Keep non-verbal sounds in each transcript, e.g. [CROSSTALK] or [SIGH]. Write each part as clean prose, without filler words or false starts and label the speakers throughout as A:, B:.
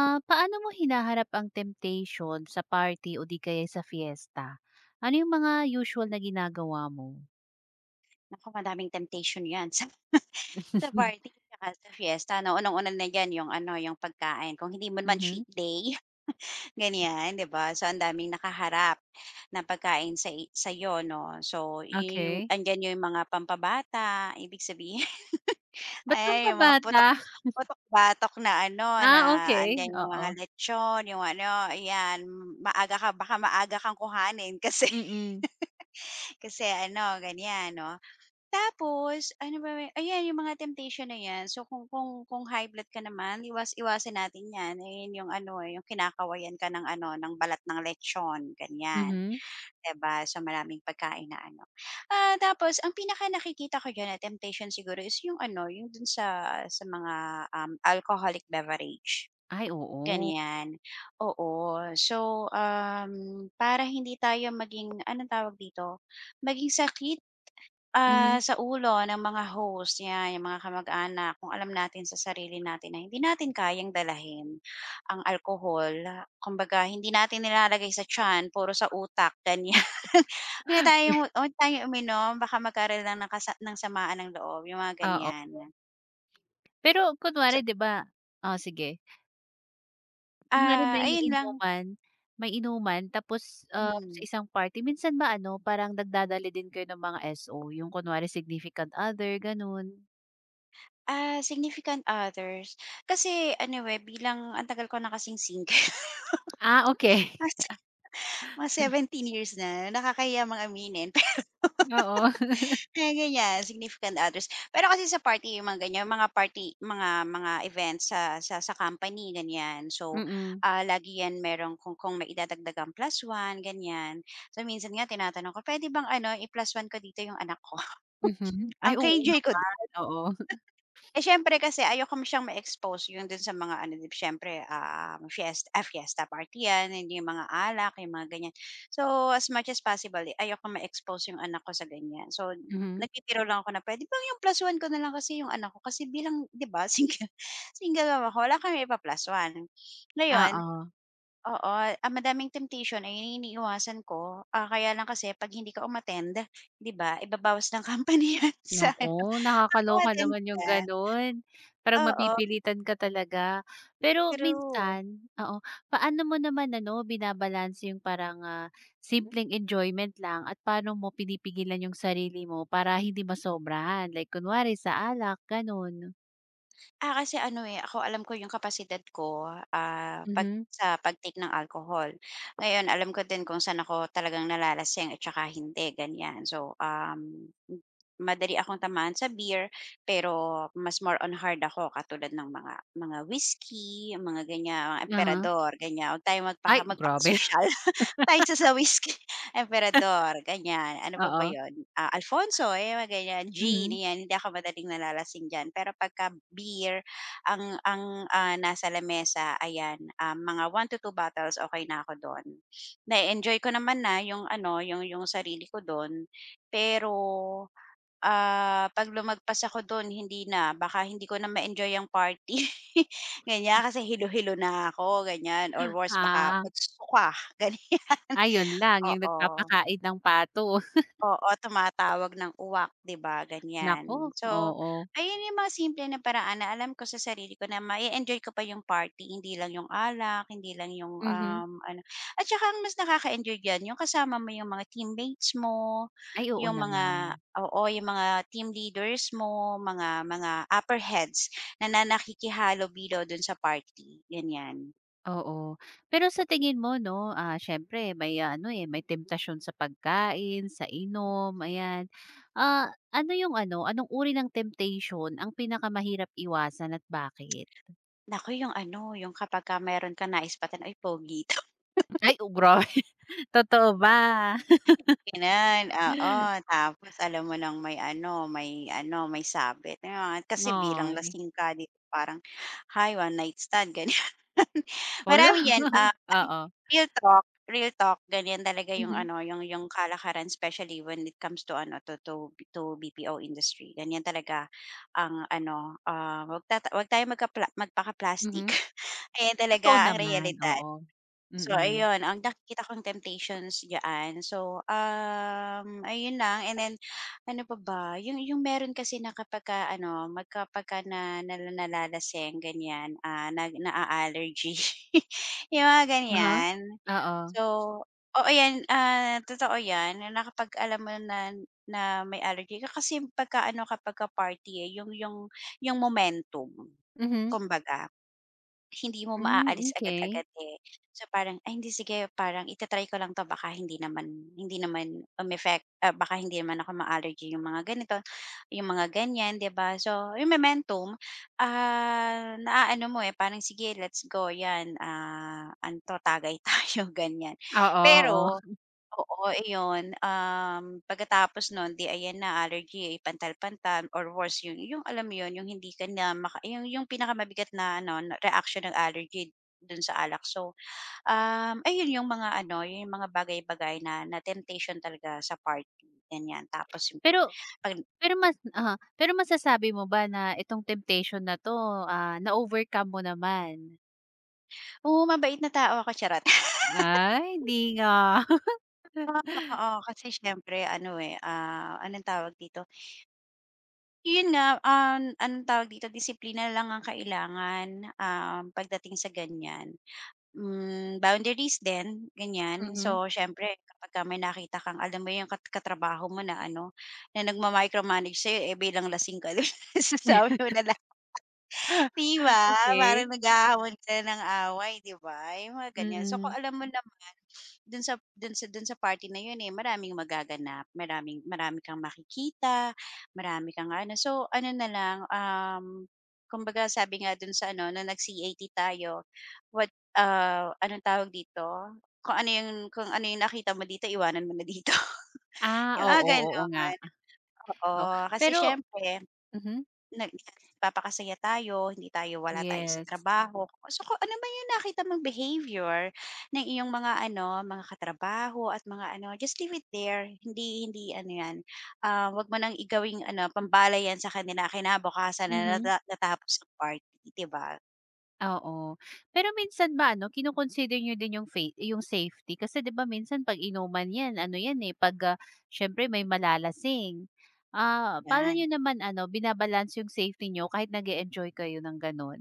A: Ah, paano mo hinaharap ang temptation sa party o di kaya sa fiesta? Ano yung mga usual na ginagawa mo?
B: Naku, madaming temptation 'yan sa [LAUGHS] sa
A: [LAUGHS]
B: party tsaka sa fiesta 'no. Unang-una na diyan yung ano, yung pagkain. Kung hindi mo naman
A: Mhm,
B: cheat day, [LAUGHS] ganyan, 'di ba? So, ang daming nakaharap na pagkain sa'yo 'no. So, yung
A: okey.
B: andiyan yung mga pampabata, ibig sabihin [LAUGHS]
A: Ba't
B: ay, yung mga
A: pampabata?
B: putok
A: [LAUGHS]
B: putok-batok na ano, na
A: Ah, okay.
B: andiyan yung
A: Oo.
B: mga lechon, yung ano, ayan, maaga ka baka maaga kang kuhanin kasi
A: Mm,
B: [LAUGHS] kasi ano, ganyan 'no. Tapos ano ba ayan yung mga temptation na yan. So kung high blood ka naman iwas-iwasan natin yan. Ayan yung ano, eh, yung kinakawayan ka ng ano, ng balat ng lechon, ganyan,
A: mhm.
B: 'di ba? So maraming pagkain na ano. Ah, tapos ang pinaka nakikita ko diyan na temptation siguro is yung ano, yung dun sa mga, alcoholic beverage,
A: Ay, oo.
B: ganyan. Oo. So, para hindi tayo maging anong tawag dito, maging sakit
A: Mhm,
B: sa ulo ng mga host, 'yan, yung mga kamag-anak, kung alam natin sa sarili natin na hindi natin kayang dalahin ang alkohol. Kumbaga hindi natin nilalagay sa tiyan, puro sa utak, ganiyan. Huwag [LAUGHS] tayo,
A: [GASPS] [LAUGHS]
B: tayong huwag tayong uminom baka magkaroon lang ng kasa ng samaan ng loob, yung mga
A: oo.
B: ganiyan.
A: Pero
B: So,
A: kunwari 'di ba ah sige. Kunwari
B: ayun lang.
A: may inuman tapos, sa
B: Hmm.
A: isang party minsan ba ano, parang nagdadala din kayo ng mga so, yung kunwari significant other, gano'n?
B: Ah, significant others, kasi anyway bilang ang tagal ko na kasing single, [LAUGHS]
A: Ah, okay.
B: mas
A: [LAUGHS]
B: mga 17 years na, nakakaya mga aminin.
A: Oo. [LAUGHS]
B: Mga ganyan, significant others. Pero kasi sa party yung mga ganyan, mga party mga events sa company ganyan. So,
A: Mm.
B: lagi 'yan meron kung may idadagdag ang plus one ganyan. So minsan nga tinatanong ko, pwede bang ano i-plus one ko dito yung anak ko?" [LAUGHS]
A: Mhm. Ay,
B: Ang
A: oo
B: KJ ko
A: naman, oo.
B: eh, siyempre kasi ayoko mo siyang ma-expose yung dun sa mga ano, di siyempre, fiesta party yan, hindi yung mga alak, yung mga ganyan. So, as much as possible, eh, ayoko ma-expose yung anak ko sa ganyan. So,
A: Mhm.
B: nagtitiro lang ako na pwede bang yung plus one ko na lang kasi yung anak ko kasi bilang di ba [LAUGHS] single single mom ako, wala kami ipa-plus one. Ngayon
A: Oo.
B: oo, ang madaming temptation ayun yung iniiwasan ko. Ah, kaya lang kasi 'pag hindi ka umattend, di ba, ibabawas ng company [LAUGHS] yan sa ano,
A: Naku,
B: 'pag
A: nakakaloka
B: umattend
A: naman
B: ka.
A: yung gano'n. Parang
B: Oo,
A: mapipilitan ka talaga. Pero
B: true.
A: minsan oo, paano mo naman ano, binabalanse yung parang, ah, simpleng enjoyment lang at paano mo pinipigilan yung sarili mo para hindi masobrahan? Like kunwari sa alak, gano'n.
B: Ah, kasi ano, eh, ako alam ko yung kapasidad ko, ah, 'pag
A: Mhm.
B: sa pag-take ng alcohol. Ngayon alam ko din kung saan ako talagang nalalasing at saka hindi, ganyan. So, madali akong tamaan sa beer, pero mas more on hard ako katulad ng mga whiskey, mga ganyan, mga
A: uh
B: emperador, ganyan. Huwag tayong
A: Ay, grabe.
B: magpakasosyal
A: [LAUGHS]
B: [LAUGHS] tayo sa whiskey. Emperador, ganyan. Ano pa ba
A: Oo.
B: yun? Ah, Alfonso, eh, mga ganyan. Gin,
A: Mhm.
B: yan. Hindi ako madaling nalalasing diyan. Pero pagka beer, nasa lamesa, ayan, ah, mga 1 to 2 bottles, okay na ako doon. Na-enjoy ko naman na yung ano, yung sarili ko doon. Pero ah, pag lumagpas ako doon, hindi na. Baka hindi ko na ma-enjoy ang party. [LAUGHS] Ganyan, kasi hilo-hilo na ako, ganyan. Or worse, baka
A: Ah.
B: magsuka, [LAUGHS] ganyan.
A: Ah, lang yung
B: Oo.
A: nagpapakain ng pato, [LAUGHS]
B: Oo, tumatawag ng uwak, 'di ba,
A: nako.
B: ganyan. So,
A: Oo.
B: ayun yung mga simple na paraan na alam ko sa sarili ko na ma enjoy ko pa yung party, hindi lang yung alak, hindi lang yung,
A: Mhm.
B: ano at saka ang mas nakaka-enjoy diyan yung kasama mo yung mga teammates mo,
A: Ay, oo
B: yung
A: naman,
B: mga oo, yung mga team leaders mo, mga upper heads na na nakikihalo-bilo dun sa party, ganyan.
A: oo. Pero sa tingin mo 'no, ah, siyempre may ah, ano, eh, may temptasyon sa pagkain, sa inom, ayan. Ah, ano yung ano, anong uri ng temptation ang pinakamahirap iwasan at bakit?
B: Naku, yung ano, yung kapagka meron kang naispatan, ay pogi." [LAUGHS]
A: Ay, oh, grabe, [LAUGHS] totoo ba?
B: Ganun, oo.
A: [LAUGHS]
B: Tapos alam mo lang may ano, may ano, may sabit, may kasi bilang
A: Ay,
B: lasing ka dito parang, "Hi, one night stand," ganyan. [LAUGHS]
A: hala,
B: Marami 'yan,
A: [LAUGHS]
B: I mean,
A: oo.
B: real talk ganyan talaga yung
A: Mhm,
B: ano, yung kalakaran especially when it comes to ano, to BPO industry. Ganyan talaga ang ano, ah, 'wag tayo magpaka-plastic.
A: mhm.
B: [LAUGHS] Ayan
A: Totoo
B: talaga ang
A: naman,
B: realidad.
A: oo.
B: So
A: Mm.
B: ayun, ang nakikita kong temptations diyan. So, ayun lang and then ano pa ba, yung meron kasi na kapagka ano, pagka na nalalasing ganyan, ah, na allergy [LAUGHS] yung mga
A: Uh-huh,
B: ganyan.
A: oo.
B: So oo yan, ah, totoo yan na kapag alam mo na na may allergy ka kasi pagka ano, kapagka party, eh, yung momentum
A: Mhm.
B: kumbaga. Hindi mo
A: Hmm,
B: maaalis
A: okey.
B: agad-agad, eh. So, parang, "Ay hindi sige parang itatry ko lang 'to baka hindi naman umeffect ah, baka hindi naman ako ma-allergy yung mga ganito, yung mga ganyan." 'Di ba? So, yung Momentum, naaano mo, eh, parang, "Sige let's go 'yan, ah, ano tagay tayo." [LAUGHS] Ganyan.
A: Oo,
B: Pero
A: oo.
B: oo, iyon, pagkatapos nun 'di ayan na allergy, eh, pantal-pantal or worse yun yung alam mo yun, yung hindi ka na yung pinakamabigat na ano na reaksyon ng allergy dun sa alak. So, ayun yung mga ano, yun yung mga bagay-bagay na na temptation talaga sa party, ganyan. Tapos yung
A: Pero
B: 'pag
A: pero mas oo, pero masasabi mo ba na itong temptation na 'to, ah, na-overcome mo naman?
B: oo, mabait na tao ako, charot. [LAUGHS]
A: Ay, di nga.
B: Oo,
A: [LAUGHS]
B: oo, kasi siyempre ano, eh, anong tawag dito, yun nga, anong tawag dito, disiplina lang ang kailangan, pagdating sa ganyan. Hmm, boundaries din, ganyan.
A: Mm.
B: So, siyempre kapagka may nakita kang alam mo yung katrabaho mo na ano, na nagma-micromanage sa'yo, eh, bilang lasing ka, [LAUGHS] 'di mo na. 'Di ba,
A: Okey,
B: parang naghahamon sila ng away, 'di ba, yung mga ganyan. So, kung
A: mm. [LAUGHS]
B: alam mo naman dun sa dun sa party na yun, eh, maraming magaganap, maraming marami kang makikita, marami kang ano. So, ano na lang, kumbaga sabi nga dun sa ano, nung nag-CAT tayo, what, anong tawag dito, kung ano yung nakita mo dito iwanan mo na dito, [LAUGHS]
A: Ah,
B: yung mga
A: oo,
B: gano'n.
A: oo nga.
B: Oo,
A: Oh,
B: kasi
A: pero
B: siyempre
A: mhm,
B: Yes, papakasaya tayo, hindi tayo wala tayo sa
A: yes.
B: trabaho. So, kung ano ba yung nakita mong behavior ng iyong mga ano, mga katrabaho at mga ano, just leave it there. Hindi hindi ano 'yan, ah, 'wag mo nang gawing ano, pambala 'yan sa kanila kinabukasan na
A: Mhm.
B: natapos ang party, 'di ba?
A: Oo. Pero minsan ba ano, kino-consider din yung faith yung safety kasi 'di ba minsan 'pag inuman 'yan ano 'yan, eh, 'pag, ah, siyempre may malalasing. Ah, paano
B: 'Yan.
A: niyo naman ano, binabalance yung safety nyo kahit nag-e-enjoy kayo ng gano'n?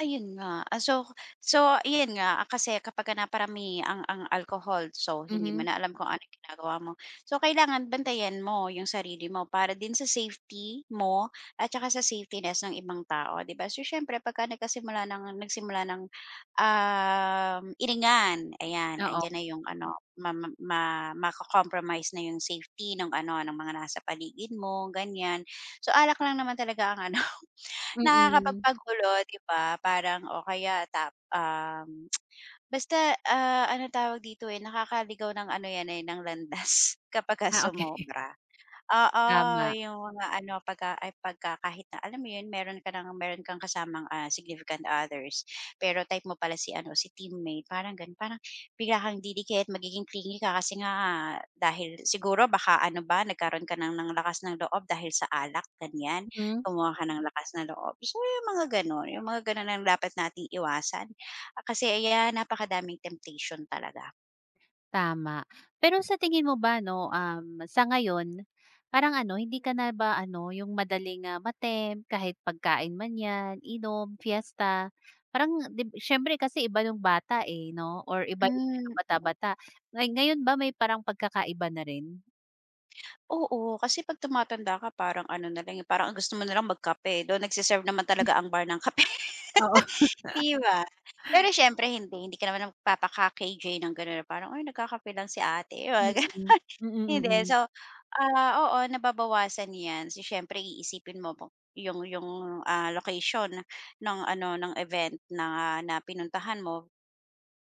B: Ayun nga, ah, so ayun nga, ah, kasi kapagka naparami ang alcohol, so hindi mo
A: Mhm.
B: na alam kung ano yung ginagawa mo. So kailangan bantayan mo yung sarili mo para din sa safety mo at saka sa safetyness ng ibang tao, 'di ba? So siyempre pagka nagkasimula ng nagsimula ng, iringan, ayan,
A: Oo.
B: andiyan na yung ano, ma ma ma mako na yung safety ng ano, ng mga nasa paligid mo, ganyan. So alak lang naman talaga ang ano
A: Mm.
B: nakakapagpagulo, 'di ba? Parang o kaya tap [TSK] basta, anong tawag dito, eh, nakakaligaw ng ano 'yan, eh, ng landas [LAUGHS] kapagka
A: Ah, okay. [LAUGHS]
B: sumobra. Oo,
A: Tama.
B: yung mga ano pagka kahit na alam mo yun meron ka ng meron kang kasamang, ah, significant others, pero type mo pala si ano si teammate parang ganun, parang bigla kang didikit magiging clingy ka kasi nga dahil siguro baka ano ba nagkaroon ka ng lakas ng loob dahil sa alak ganyan,
A: Mhm.
B: kumuha ka ng lakas ng loob. So yung mga ganun ang dapat nating iwasan. Ah, kasi ayan napakadaming temptation talaga.
A: Tama. Pero sa tingin mo ba 'no, um, sa ngayon parang ano, hindi ka na ba ano, yung madaling, ah, ma kahit pagkain man 'yan, inom, fiesta. Parang dib siyempre kasi iba yung bata, eh, 'no, or iba yung medyo
B: Hmm.
A: bata-bata. Ngay ngayon ba may parang pagkakaiba na rin?
B: Oo, kasi 'pag tumatanda ka parang ano na lang, eh, parang ang gusto mo na lang magkape, though nagse-serve naman talaga ang
A: [LAUGHS]
B: bar ng kape. [LAUGHS]
A: Oo,
B: 'Di ba? Pero siyempre hindi, hindi ka naman magpapaka-KJ ng gano'n na parang, "Ay nagkakape lang si ate," mga
A: mm. Mm,
B: hindi.
A: mm.
B: So, ah, oo nababawasan 'yan. So, siyempre iisipin mo po yung location ng ano, ng event na na pinuntahan mo.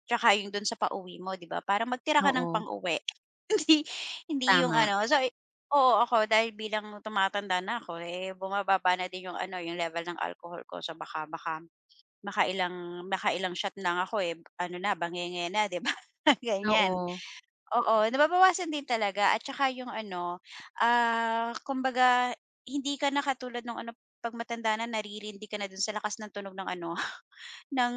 B: Tsaka yung dun sa pauwi mo, 'di ba? Para magtira ka ng
A: Oo,
B: pang-uwi. [LAUGHS] Hindi hindi yung
A: tama.
B: ano so, eh, oo ako dahil bilang tumatanda na ako, eh, bumababa na din yung ano, yung level ng alcohol ko. So, baka baka makailang makailang shot lang ako, eh, ano na, bangenge na, 'di ba? [LAUGHS] Ganyan.
A: Oo,
B: Oo, nababawasan din talaga at saka yung ano, kumbaga hindi ka na katulad nung ano 'pag matanda na naririndi ka na dun sa lakas ng tunog ng ano, [LAUGHS] ng,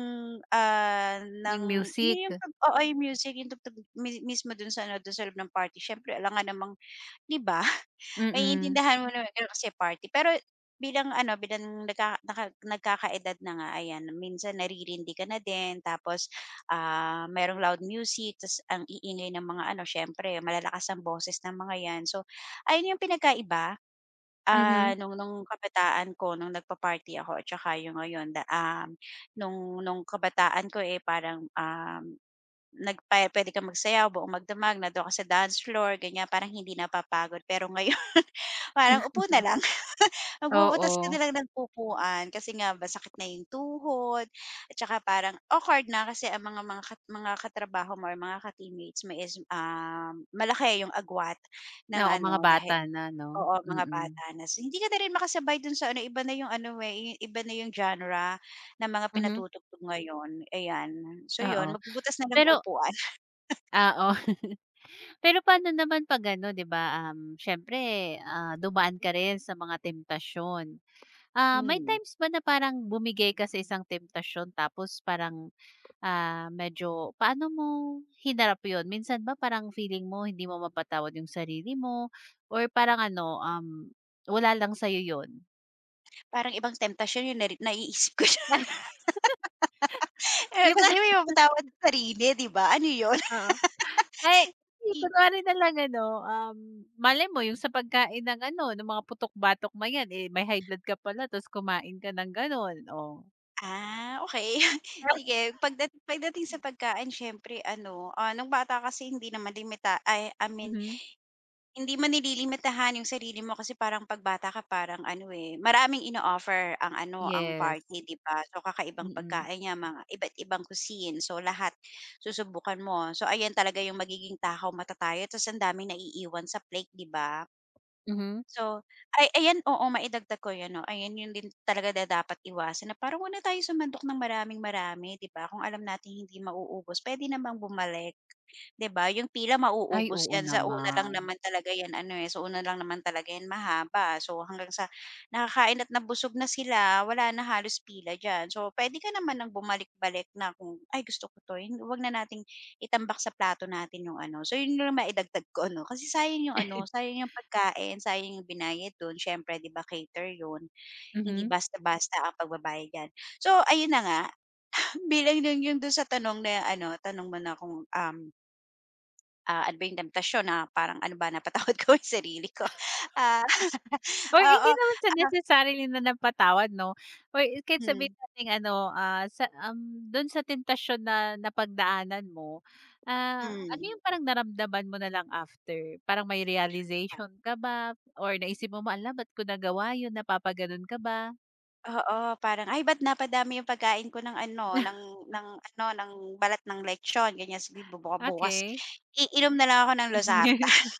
B: ng
A: yung
B: yun
A: music.
B: yung oo, yung music, yung tugtog mismo dun sa ano, dun sa loob ng party siyempre alangan namang 'di ba?
A: Mm,
B: Maiintindihan mo naman pero kasi party. Pero bilang ano, bilang nagkakaedad na nga ayan, minsan naririndi ka na din tapos, ah, merong loud music ta's ang iingay ng mga ano siyempre malalakas ang boses ng mga 'yan. So, ayun yung pinagkaiba.
A: mhm.
B: Ah, nung kabataan ko nung nagpa-party ako at saka yung ngayon nung kabataan ko, eh, parang, puwede kang magsayaw, buong magdamag, nandoon ka sa dance floor ganyan, parang hindi napapagod. Pero ngayon [LAUGHS] parang upo
A: [LAUGHS]
B: na lang, [LAUGHS] magbubutas ka
A: Oo.
B: na lang ng upuan kasi nga ba sakit na yung tuhod at saka parang awkward na kasi ang mga katrabaho mo or mga ka-teammates mo is, malaki yung agwat. Ng
A: Oo, mga
B: ano dahil
A: bata na 'no?
B: oo, mga
A: Mm.
B: bata na si hindi ka na rin makasabay dun sa ano, iba na yung ano, eh, iba na yung genre ng mga
A: Mhm,
B: pinatutugtog ngayon, ayan. So yun,
A: oo.
B: magbubutas na ng
A: Pero
B: upuan. [LAUGHS]
A: oo. [LAUGHS] Pero paano naman 'pag ano, 'di ba, siyempre, ah, dumaan ka rin sa mga temptasyon. Ah, may
B: Hmm,
A: times ba na parang bumigay ka sa isang temptasyon tapos parang, ah, medyo paano mo hinarap yon. Minsan ba parang feeling mo hindi mo mapatawad 'yung sarili mo or parang ano, wala lang sa 'yun?
B: parang ibang temptation yun naiisip ko siya,
A: Ay,
B: [LAUGHS] eh,
A: 'di
B: kasi may
A: [LAUGHS]
B: mapatawad sa sarili, 'di ba? Ano yun?
A: Ay, hindi
B: [LAUGHS] I-
A: kunwari na lang ano, um, malay mo yung sa pagkain ng ano, ng mga putok-batok man yan, eh, may high blood ka pala tapos kumain ka ng gano'n, oh.
B: Ah, okay. [LAUGHS] Sige, pagdating sa pagkain siyempre ano, ah, nung bata kasi hindi naman limita ay I mean,
A: Mhm.
B: hindi mo nililimitahan yung sarili mo kasi parang 'pag bata ka parang ano, eh, maraming ino-offer ang ano, ang party,
A: Yes.
B: 'di ba? So, kakaibang
A: Mm.
B: pagkain niya, mga iba't ibang cuisine. So, lahat susubukan mo. So, ayan talaga yung magiging takaw matatayo ta's ang daming naiiwan sa plate, 'di ba?
A: Mhm.
B: So, ay ayan, oo, maidagdag ko 'yan 'no, ayan yun din talaga na dapat iwasan na parang 'wag na tayo sumandok ng maraming-marami, 'di ba? Kung alam nating hindi mauubos puwede namang bumalik. 'Di ba, yung pila
A: Ay,
B: mauubos
A: oo
B: yan sa una lang
A: naman.
B: naman talaga yan ano, eh, sa una lang naman talaga yan mahaba. So, hanggang sa nakakain at nabusog na sila, wala na halos pila diyan. So, puwede ka naman ng bumalik-balik na kung, "Ay gusto ko 'to, huwag na nating itambak sa plato natin yung ano." So, yun lang maidagdag ko ano, kasi sayang yung ano,
A: [LAUGHS]
B: sayang yung pagkain, sayang yung binayad dun. Siyempre 'di ba cater yun, hindi
A: Mhm.
B: basta-basta ang pagbabayad diyan. So, ayun na nga, [LAUGHS] bilang yung dun sa tanong na ano, tanong mo na kung, ah, ano ba yung temptasyon na parang ano ba napatawad [LAUGHS] ko yung sarili ko. Ah, [LAUGHS]
A: Or
B: oo,
A: hindi naman sa
B: ah,
A: necessarily na napatawad, 'no, or kahit
B: hmm,
A: sabihin nating ano, ah, sa, dun sa temptasyon na napagdaanan mo, ah, ano
B: hmm.
A: yung parang naramdaman mo na lang after? Parang may realization ka ba or naisip mo, "Hala, ba't ko nagawa yun?" Napapagano'n ka ba?
B: Oo, parang, "Ay ba't napadami yung pagkain ko
A: [LAUGHS]
B: ng ano, ng balat ng lechon," ganyan, sabihin bukas
A: Okay.
B: iinom na lang ako ng Losartan.
A: [LAUGHS]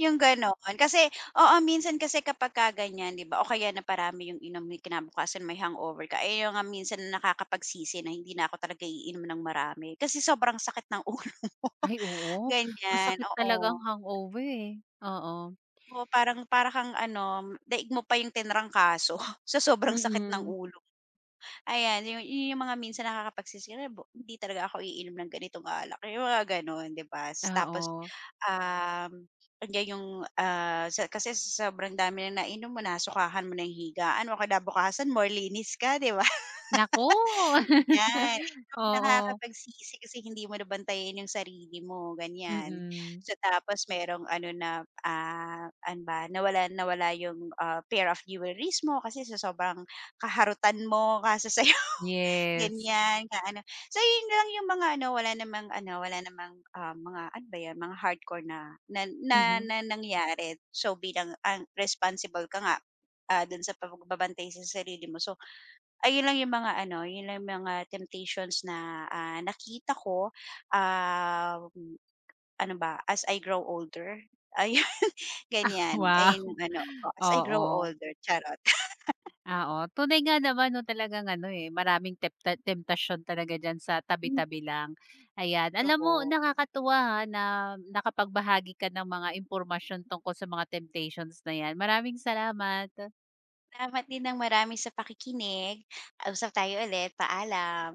B: Yung ganon. Kasi oo, minsan kasi kapagka ganyan 'di ba o kaya naparami yung inom mo kinabukasan may hangover ka, ayun yung nga minsan na nakakapagsisi na hindi na ako talaga iinom ng marami kasi sobrang sakit ng ulo mo, [LAUGHS]
A: Ay oo,
B: ganyan,
A: masakit talaga
B: oo.
A: ang hangover, eh. Oo.
B: Oo, parang para kang ano, daig mo pa yung tinrangkaso [LAUGHS] sa sobrang sakit ng
A: Mm.
B: ulo. Ayan, yung yun yung mga minsan nakakapagsisi na hindi talaga ako iinom ng ganitong alak, yung mga gano'n, 'di ba? S- Tapos,
A: Oo.
B: um, andiyan yung, ah, sa kasi sa sobrang dami ng nainom mo, nasukahan mo ng higaan mo, kinabukasan more linis ka, 'di ba? [LAUGHS]
A: Nako.
B: 'Yan,
A: [LAUGHS]
B: yung
A: Oo.
B: nakakapagsisi kasi hindi mo nabantayan yung sarili mo, ganyan.
A: Mm.
B: So, tapos merong ano na, ah, ano ba, nawala nawala yung, ah, pair of jewelries mo kasi sa sobrang kaharutan mo, kasasaya.
A: Yes.
B: Ganyan, ka ano. So yun lang yung mga ano, wala namang, ah, mga ano ba yan, mga hardcore na na na
A: Mhm.
B: na nangyari. So bilang ang responsible ka nga, ah, dun sa pagbabantay sa sarili mo. So ayun lang yung mga ano, yun lang yung mga temptations na, ah, nakita ko, ah, ano ba, as I grow older. Ay [LAUGHS]
A: [LAUGHS]
B: ganyan.
A: Wow!
B: Ayun ano, oo, as I grow
A: Oo.
B: older, charot. [LAUGHS]
A: Ah, oo, tunay nga naman 'no, talagang ano, eh, maraming tempta temptasyon talaga diyan sa
B: Hmm,
A: tabi-tabi lang, ayan. Alam mo
B: oo.
A: nakakatuwa, ha, na nakapagbahagi ka ng mga impormasyon tungkol sa mga temptations na 'yan. Maraming salamat.
B: Salamat din ng marami sa pakikinig. Usap tayo ulit, paalam.